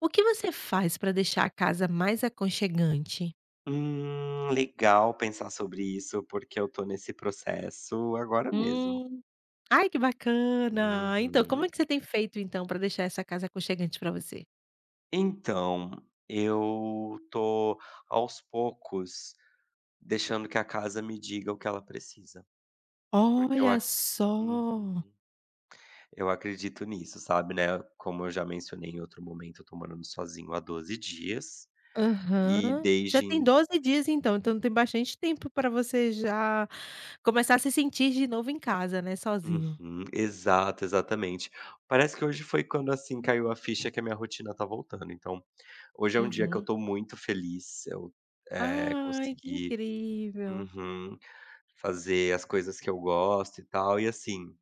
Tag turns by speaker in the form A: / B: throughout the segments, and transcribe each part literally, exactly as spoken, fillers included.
A: O que você faz para deixar a casa mais aconchegante?
B: Hum, legal pensar sobre isso, porque eu tô nesse processo agora mesmo.
A: Hum. Ai, que bacana! Então, como é
B: Uhum.
A: que você tem feito, então, para deixar essa casa aconchegante para você?
B: Então, eu tô aos poucos deixando que a casa me diga o que ela precisa, porque eu,
A: Olha
B: ac-
A: só!
B: Uhum. Eu acredito nisso, sabe, né? Como eu já mencionei em outro momento, eu tô morando sozinho há doze dias e
A: Aham. Já
B: desde.
A: tem doze dias, então, então tem bastante tempo para você já começar a se sentir de novo em casa, né, sozinho.
B: Uhum, exato, exatamente. Parece que hoje foi quando, assim, caiu a ficha que a minha rotina tá voltando, então, hoje é um dia que eu
A: Uhum.
B: tô muito feliz, eu, eh,
A: Ai, que
B: consegui.
A: incrível!
B: Uhum. Fazer as coisas que eu gosto e tal, e assim,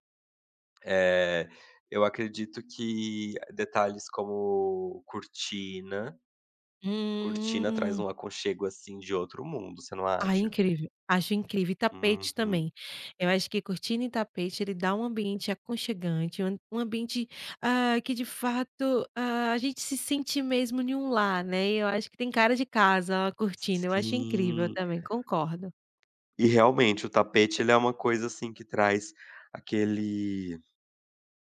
B: eh, eu acredito que detalhes como cortina cortina traz
A: Hum.
B: um aconchego, assim, de outro mundo, você não
A: Ai,
B: acha?
A: incrível. Acho incrível. E tapete
B: Uhum.
A: também. Eu acho que cortina e tapete, ele dá um ambiente aconchegante, um um ambiente, ah, que de fato, ah, a gente se sente mesmo em um lar, né. E eu acho que tem cara de casa a cortina, eu acho incrível
B: Sim.
A: também, concordo.
B: E realmente o tapete ele é uma coisa, assim, que traz aquele.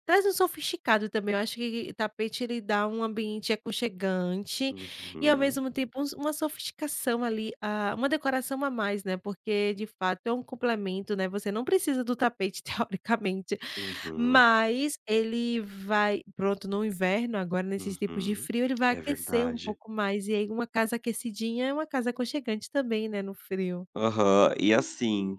A: Traz um sofisticado também, eu acho que tapete ele dá um ambiente aconchegante e, ao
B: Uhum,
A: mesmo tempo, uns uma sofisticação ali, ah, uma decoração a mais, né, porque de fato é um complemento, né, você não precisa do tapete teoricamente.
B: uhum,
A: Mas ele vai pronto, no inverno, agora nesses tipos de
B: uhum.
A: frio, ele vai
B: É
A: aquecer um
B: verdade.
A: pouco mais, e aí uma casa aquecidinha é uma casa aconchegante também, né, no frio.
B: Aham. E, assim,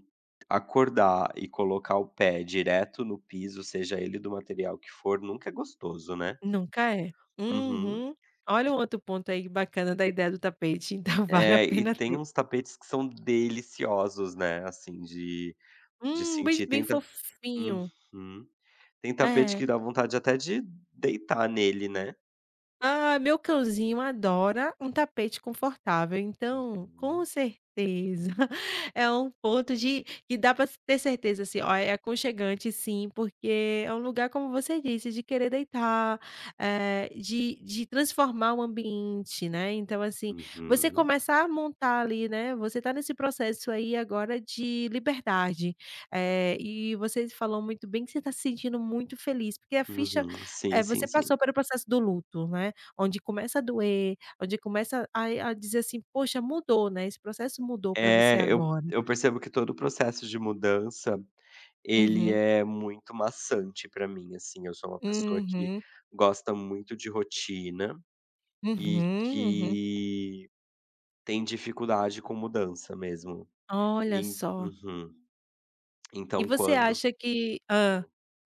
B: acordar e colocar o pé direto no piso, seja ele do material que for, nunca é gostoso, né.
A: Nunca é.
B: Uhum.
A: Uhum. Olha um outro ponto aí bacana da ideia do tapete, então, vale a
B: É, e
A: pena
B: tem
A: ter.
B: uns tapetes que são deliciosos, né, assim, de de
A: Hum, bem
B: sentir.
A: bem
B: Tem ta
A: fofinho.
B: Uhum. Tem tapete
A: É.
B: que dá vontade até de deitar nele, né.
A: Ah, meu cãozinho adora um tapete confortável, então, com
B: Uhum,
A: certeza, é um ponto de que dá para ter certeza, assim, ó, é aconchegante sim, porque é um lugar, como você disse, de querer deitar, eh, de de transformar o ambiente, né. Então, assim, você
B: uhum.
A: começar a montar ali, né, você tá nesse processo aí agora de liberdade, eh, e você falou muito bem que você tá se sentindo muito feliz, porque a ficha
B: Uhum. Sim,
A: é,
B: sim,
A: você
B: sim.
A: passou pelo processo do luto, né. Onde começa a doer, onde começa a a dizer assim: "Poxa, mudou, né, esse processo mudou para você
B: É, eu
A: agora".
B: eu percebo que todo o processo de mudança, ele
A: Uhum,
B: é muito maçante pra mim, assim. Eu sou uma pessoa que
A: uhum,
B: gosta muito de rotina e
A: uhum, uhum.
B: que tem dificuldade com mudança mesmo.
A: Olha
B: En
A: só.
B: Uhum.
A: E
B: Então
A: você
B: quando
A: acha que...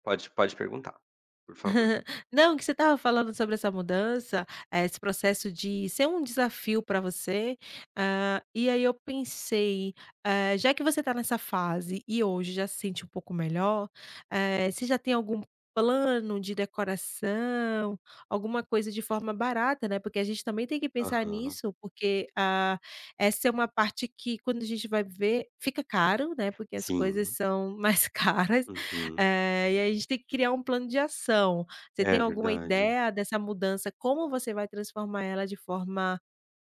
B: pode pode perguntar, por favor.
A: Não, que você estava falando sobre essa mudança, eh, esse processo de ser um desafio para você, hã, e aí eu pensei, eh, já que você está nessa fase e hoje já se sente um pouco melhor, eh, você já tem algum plano de decoração, alguma coisa de forma barata, né, porque a gente também tem que pensar
B: Aham.
A: nisso, porque, ah, essa é uma parte que quando a gente vai ver fica caro, né, porque as coisas
B: Sim.
A: são mais caras.
B: Uhum.
A: Eh, e aí a gente tem que criar um plano de ação. Você tem
B: É
A: alguma
B: verdade.
A: ideia dessa mudança, como você vai transformar ela de forma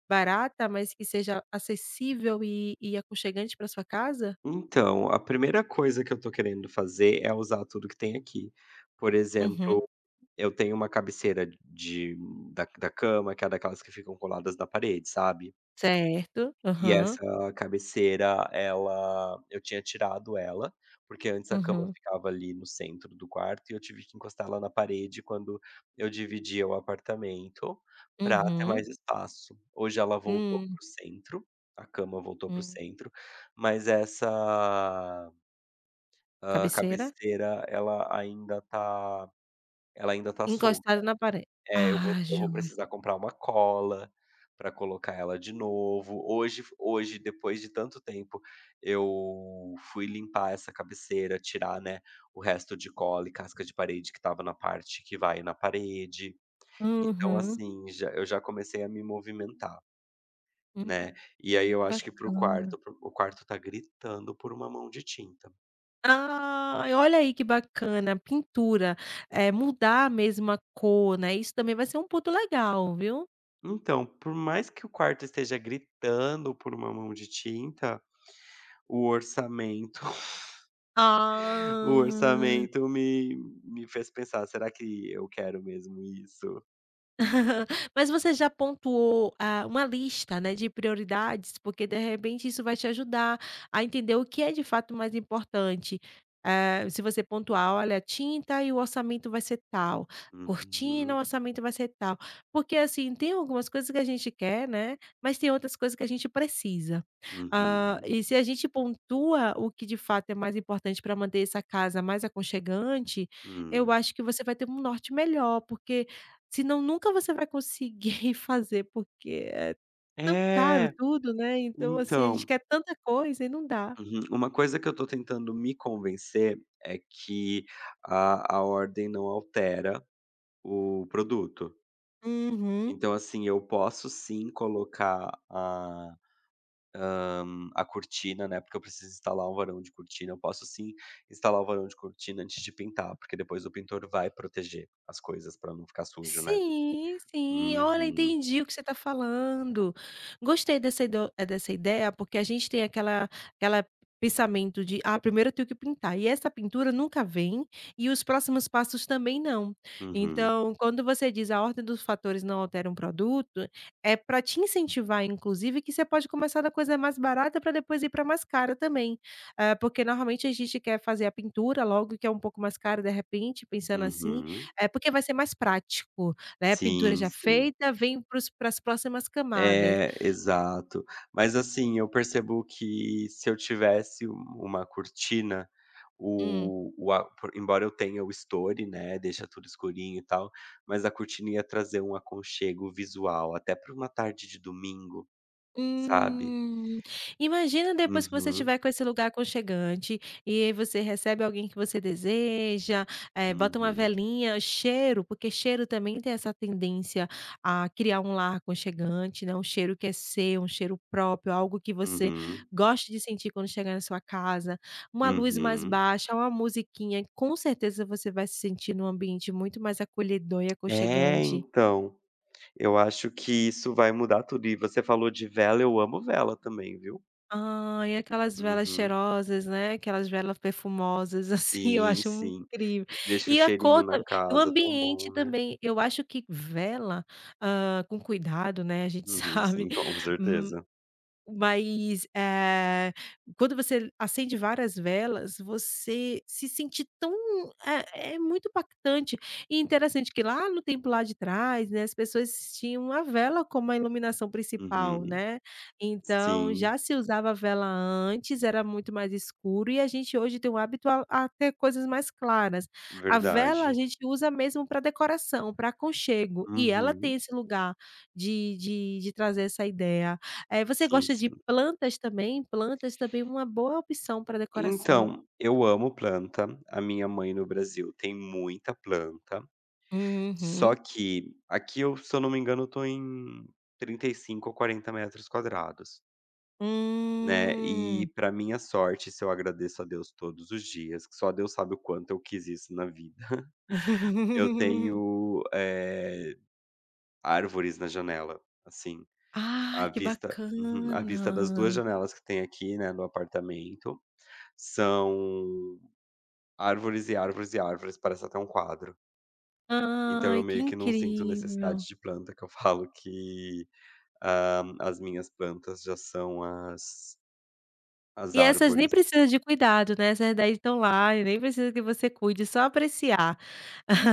A: barata, mas que seja acessível e e aconchegante pra sua casa?
B: Então, a primeira coisa que eu tô querendo fazer é usar tudo que tem aqui. Por
A: Uhum.
B: exemplo, eu tenho uma cabeceira de da da cama, que é daquelas que ficam coladas na parede, sabe.
A: Certo.
B: E
A: Aham.
B: essa cabeceira, ela eu tinha tirado ela, porque antes a cama
A: Uhum.
B: ficava ali no centro do quarto e eu tive que encostar ela na parede quando eu dividia o apartamento, para ter
A: Uhum.
B: mais espaço. Hoje ela voltou
A: Uhum.
B: para o centro, a cama voltou para o centro, mas essa a
A: Cabeceira?
B: cabeceira ela ainda tá ela ainda tá solta.
A: Encostada na parede.
B: É, eu vou
A: Ah,
B: eu vou
A: joia.
B: precisar comprar uma cola para colocar ela de novo. Hoje hoje, depois de tanto tempo, eu fui limpar essa cabeceira, tirar, né, o resto de cola e casca de parede que estava na parte que vai na parede. Então,
A: Uhum.
B: assim, já eu já comecei a me movimentar,
A: Hum,
B: né. E aí eu acho que pro
A: bacana.
B: quarto pro o quarto tá gritando por uma mão de tinta.
A: Ai, olha aí que bacana, pintura, é mudar mesmo a cor, né, isso também vai ser um ponto legal, viu?
B: Então, por mais que o quarto esteja gritando por uma mão de tinta, o orçamento o
A: Ah.
B: orçamento me me fez pensar: "Será que eu quero mesmo isso?".
A: Mas você já pontuou, ah, uma lista, né, de prioridades? Porque de repente isso vai te ajudar a entender o que é de fato mais importante. Eh, se você pontuar: "Olha, tinta e o orçamento vai ser tal, cortina, o
B: Uhum,
A: orçamento vai ser tal". Porque, assim, tem algumas coisas que a gente quer, né, mas tem outras coisas que a gente precisa. Ah,
B: uhum,
A: e se a gente pontua o que de fato é mais importante para manter essa casa mais aconchegante, eu
B: hum.
A: acho que você vai ter um norte melhor. Porque senão nunca você vai conseguir fazer, porque é tão caro
B: É,
A: tudo, né, então, assim, a
B: então,
A: gente quer tanta coisa e não dá.
B: uhum, uma coisa que eu tô tentando me convencer é que a a ordem não altera o produto.
A: Uhum.
B: Então, assim, eu posso sim colocar a hum, a cortina, né, porque eu preciso instalar um varão de cortina. Eu posso sim instalar o varão de cortina antes de pintar, porque depois o pintor vai proteger as coisas para não ficar sujo, né.
A: Sim, sim. Olha,
B: Uhum,
A: entendi o que você está falando. Gostei dessa ido eh, dessa ideia, porque a gente tem aquela aquela pensamento de: "Ah, primeiro eu tenho que pintar", e essa pintura nunca vem, e os próximos passos também não.
B: uhum,
A: Então, quando você diz: "A ordem dos fatores não altera um produto", é para te incentivar, inclusive, que você pode começar da coisa mais barata para depois ir para mais cara também. Eh, porque normalmente a gente quer fazer a pintura logo, que é um pouco mais cara, de repente, pensando assim,
B: uhum.
A: é, porque vai ser mais prático, né, pintura
B: Sim,
A: já
B: sim.
A: feita, vem para as próximas camadas.
B: É, exato. Mas assim, eu percebo que se eu tivesse um- uma cortina,
A: Hum.
B: o o a por embora eu tenha o story, né, deixa tudo escurinho e tal, mas a cortina ia trazer um aconchego visual, até para uma tarde de domingo. Sabe?
A: Hum. Imagina depois que você
B: Uhum,
A: estiver com esse lugar aconchegante, e aí você recebe alguém que você deseja, eh, bota uma
B: uhum,
A: velinha, cheiro, porque cheiro também tem essa tendência a criar um lar aconchegante, né, um cheiro que é seu, um cheiro próprio, algo que você
B: uhum,
A: gosta de sentir quando chegar na sua casa, uma luz mais
B: uhum.
A: baixa, uma musiquinha, com certeza você vai se sentir num ambiente muito mais acolhedor e
B: É,
A: aconchegante.
B: então, eu acho que isso vai mudar tudo. E você falou de vela, eu amo vela também, viu?
A: Ah, e aquelas velas
B: Uhum.
A: cheirosas, né, aquelas velas perfumosas, assim, eu
B: Sim,
A: acho
B: sim.
A: incrível.
B: Deixa um
A: E a
B: cheirinho
A: cor
B: na
A: tam e o
B: casa, tão
A: ambiente
B: bom, né?
A: também, eu acho que vela, ah, com cuidado, né, a gente
B: Uhum,
A: sabe,
B: sim, com certeza.
A: mas, eh, quando você acende várias velas, você se sente tão... é é muito impactante e interessante que lá no tempo lá de trás, né, as pessoas tinham a vela como a iluminação principal,
B: Uhum.
A: né. Então
B: Sim,
A: já se usava a vela antes, era muito mais escuro e a gente hoje tem o hábito a a ter coisas mais claras. A vela a
B: verdade.
A: gente usa mesmo para decoração, para aconchego, e ela tem
B: Uhum.
A: esse lugar de de de trazer essa ideia. Eh, você
B: Sim,
A: gosta de
B: sim.
A: plantas também? Plantas também é uma boa opção para decoração.
B: Então, eu amo planta. A minha mãe no Brasil tem muita planta. Só
A: Uhum.
B: que aqui eu, se eu não me engano, eu tô em trinta e cinco ou quarenta metros quadrados, né. E
A: Hum.
B: pra minha sorte, isso eu agradeço a Deus todos os dias, que só Deus sabe o quanto eu quis isso na vida. Eu tenho, eh, árvores na janela, assim,
A: Ai,
B: a
A: que
B: vista. Uhum. A vista das duas
A: bacana.
B: janelas que tem aqui, né, no apartamento, são árvores e árvores e árvores, parece até um quadro. Então
A: Ai,
B: eu
A: que
B: meio que não sinto necessidade
A: incrível.
B: de planta, que eu falo que ah, as minhas plantas já são as as
A: E essas nem
B: árvores.
A: precisa de cuidado, né, essas daí estão lá e nem precisa que você cuide, só apreciar.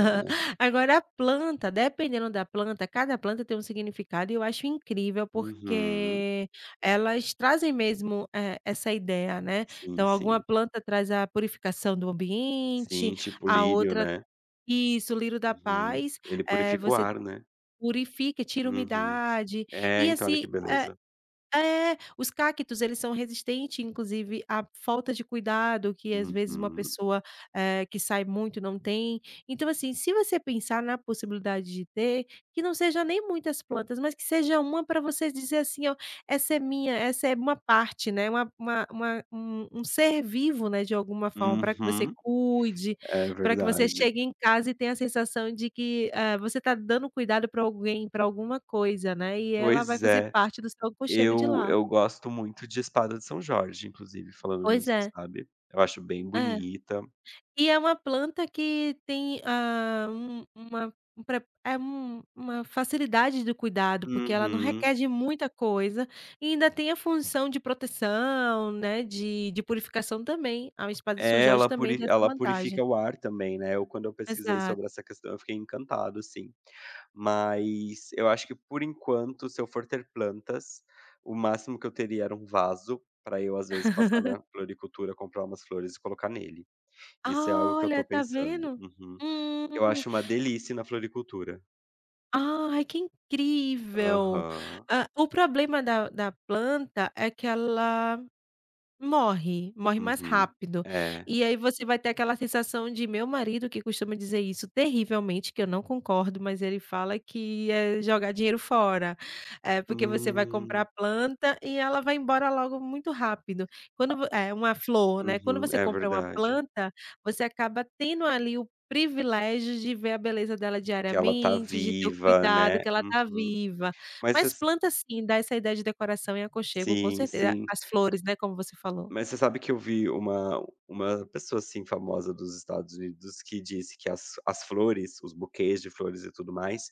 B: É.
A: Agora a planta, dependendo da planta, cada planta tem um significado e eu acho incrível,
B: Uhum.
A: porque elas trazem mesmo, eh, essa ideia, né.
B: Sim,
A: Então alguma
B: sim.
A: planta traz a purificação do ambiente,
B: Sim, tipo
A: a
B: lírio,
A: outra...
B: né.
A: isso, o lírio da
B: Uhum.
A: paz,
B: Ele
A: eh,
B: purifica o
A: você
B: ar, né.
A: purifica, tira
B: Uhum.
A: umidade,
B: É,
A: e
B: então, olha que
A: assim, eh
B: beleza.
A: é, os cactos eles são resistentes, inclusive, à falta de cuidado que às vezes uma
B: Uhum.
A: pessoa, eh, que sai muito não tem. Então, assim, se você pensar na possibilidade de ter, que não seja nem muitas plantas, mas que seja uma para você dizer assim: "Ó, essa é minha, essa é uma parte, né, uma uma uma um um ser vivo, né, de alguma forma, para que você
B: Uhum.
A: cuide",
B: É
A: para que você
B: verdade.
A: chegue em casa e tenha a sensação de que, eh, você está dando cuidado para alguém, para alguma coisa, né, e ela vai
B: Pois
A: fazer
B: é.
A: parte do seu aconchego de
B: Eu
A: lá.
B: eu gosto muito de espada de São Jorge, inclusive, falando
A: Pois
B: nisso,
A: é.
B: sabe. Eu acho bem
A: É.
B: bonita.
A: E é uma planta que tem, ah, um uma um pre é um uma facilidade do cuidado, porque ela não requer
B: Uhum.
A: de muita coisa e ainda tem a função de proteção, né, de de purificação também. A espada de São
B: É,
A: Jorge
B: ela
A: também
B: puri
A: tem essa
B: ela
A: vantagem.
B: purifica o ar também, né. Eu quando eu pesquisei
A: Exato.
B: sobre essa questão, eu fiquei encantado, assim. Mas eu acho que por enquanto, se eu for ter plantas, o máximo que eu teria era um vaso para eu, às vezes, passar na floricultura, comprar umas flores e colocar nele. Isso é algo
A: Ah,
B: que eu
A: olha,
B: tô
A: tá
B: pensando.
A: vendo?
B: Uhum. Eu
A: Hum.
B: acho uma delícia ir na floricultura.
A: Ai, que incrível!
B: Aham.
A: Ah, o problema da da planta é que ela... Morre, morre mais
B: Uhum.
A: rápido.
B: É.
A: E aí você vai ter aquela sensação de meu marido, que costuma dizer isso terrivelmente, que eu não concordo, mas ele fala que é jogar dinheiro fora, é porque você vai comprar a
B: Hum.
A: planta e ela vai embora logo muito rápido. Quando vo é uma flor, né, quando
B: Uhum.
A: você
B: É
A: compra uma
B: verdade.
A: planta, você acaba tendo ali o privilégio de ver a beleza dela
B: Que ela tá
A: diariamente, de ter o
B: viva,
A: cuidado
B: né.
A: que ela tá
B: Uhum.
A: viva.
B: Mas você.
A: Mas planta sim, dá essa ideia de decoração e aconchego, com
B: Sim,
A: certeza.
B: sim.
A: As flores, né, como você falou.
B: Mas você sabe que eu vi uma uma pessoa, assim, famosa dos Estados Unidos que disse que as as flores, os buquês de flores e tudo mais,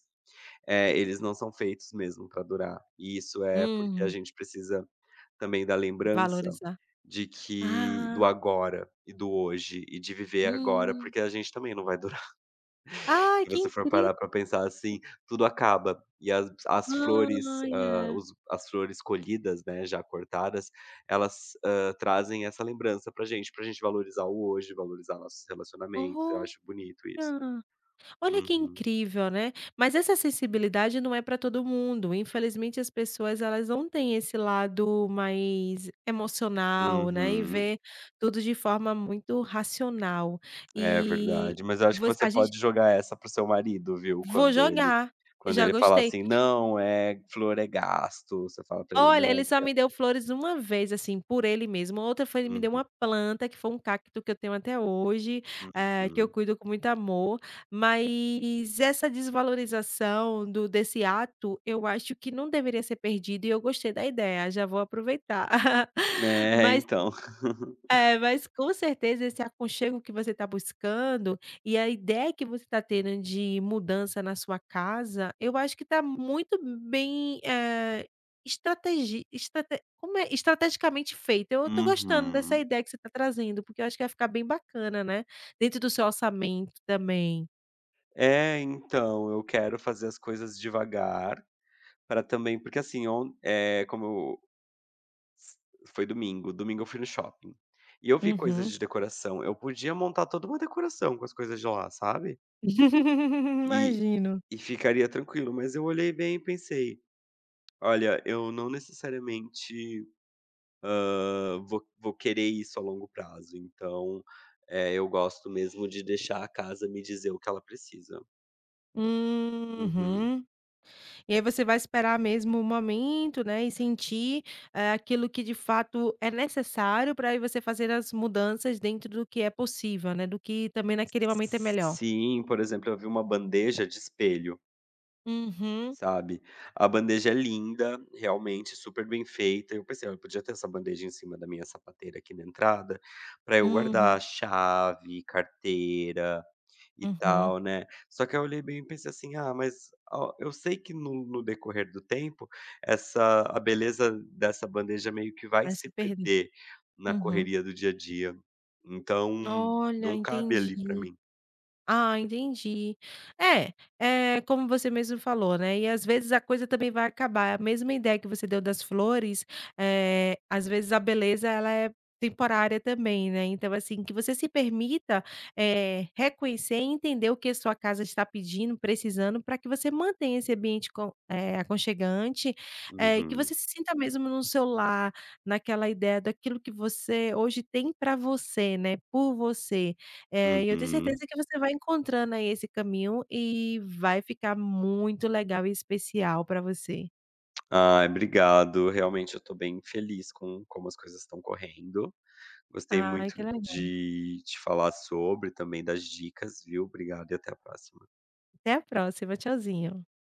B: eh, eles não são feitos mesmo para durar. E isso é porque a
A: Uhum,
B: gente precisa também da lembrança
A: valorizar.
B: de que do
A: Ah,
B: agora e do hoje e de viver agora,
A: hum.
B: porque a gente também não vai.
A: Ai,
B: Se
A: que
B: você for parar
A: incrível.
B: pra pensar assim, tudo acaba e as as flores, hã,
A: Olha,
B: os as flores colhidas, né, já cortadas, elas, hã, trazem essa lembrança pra gente, pra gente valorizar o hoje, valorizar nossos relacionamentos, eu
A: olha.
B: acho bonito isso.
A: Olha que
B: Uhum.
A: incrível, né. Mas essa sensibilidade não é para todo mundo, infelizmente as pessoas elas não têm esse lado mais emocional, né, e
B: Uhum.
A: vê tudo de forma muito racional.
B: É
A: E
B: verdade, mas eu acho que
A: voc
B: você
A: a gente...
B: pode jogar essa pro seu marido, viu,
A: vou
B: quando ele
A: jogar,
B: quando
A: já
B: ele falar
A: gostei.
B: assim: "Não, é flor é gasto", você fala pra ele:
A: Olha, ele
B: "Não,
A: só
B: porque" é.
A: me deu flores uma vez, assim, por ele mesmo. A outra foi ele me deu
B: Uhum,
A: uma planta, que foi um cacto que eu tenho até hoje, eh, que eu
B: uhum.
A: cuido com muito amor. Mas essa desvalorização do desse ato, eu acho que não deveria ser perdido e eu gostei da ideia, já vou aproveitar.
B: É,
A: Mas
B: então.
A: é, mas com certeza esse aconchego que você está buscando, e a ideia que você está tendo de mudança na sua casa, eu acho que está muito bem, eh, estrategi estrate como é? Estrategicamente feita. Eu estou gostando dessa
B: Uhum.
A: ideia que você está trazendo, porque eu acho que vai ficar bem bacana, né, dentro do seu orçamento também.
B: É, então, eu quero fazer as coisas devagar, para também porque assim, on é como eu. Foi domingo, domingo eu fui no shopping, e eu vi coisas
A: Uhum.
B: de decoração, eu podia montar toda uma decoração com as coisas de lá, sabe, e
A: Imagino.
B: e ficaria tranquilo, mas eu olhei bem e pensei: "Olha, eu não necessariamente, hã, vou vou querer isso a longo prazo, então, eh, eu gosto mesmo de deixar a casa me dizer o que ela precisa". Uhum.
A: Uhum. E aí você vai esperar mesmo o momento, né, e sentir, eh, aquilo que de fato é necessário para aí você fazer as mudanças dentro do que é possível, né, do que também naquele momento é melhor.
B: Sim, por exemplo, eu vi uma bandeja de espelho,
A: Uhum,
B: sabe. A bandeja é linda, realmente super bem feita, eu pensei: "Olha, eu podia ter essa bandeja em cima da minha sapateira aqui na entrada, para eu
A: uhum,
B: guardar chave, carteira e
A: uhum.
B: tal, né". Só que eu olhei bem e pensei assim: "Ah, mas ó, eu sei que no no decorrer do tempo, essa a beleza dessa bandeja meio que vai
A: Vai
B: se
A: se perder.
B: perder na
A: Uhum.
B: correria do dia a dia, então
A: Olha,
B: não cabe ali para
A: entendi.
B: mim".
A: Ah, entendi. É, é como você mesmo falou, né, e às vezes a coisa também vai acabar. A mesma ideia que você deu das flores, eh, às vezes a beleza ela é temporária também, né, então assim, que você se permita, eh, reconhecer e entender o que a sua casa está pedindo, precisando, para que você mantenha esse ambiente con eh, aconchegante, eh, e que você
B: Uhum.
A: se sinta mesmo no seu lar, naquela ideia daquilo que você hoje tem para você, né, por você. É, e eu tenho certeza
B: Uhum.
A: que você vai encontrando aí esse caminho e vai ficar muito legal e especial para você.
B: Ai, obrigado. Realmente eu tô bem feliz com como as coisas estão correndo. Gostei
A: Ai,
B: muito
A: que legal.
B: de te falar sobre, também das dicas, viu? Obrigado e até a próxima.
A: Até a próxima. Tchauzinho.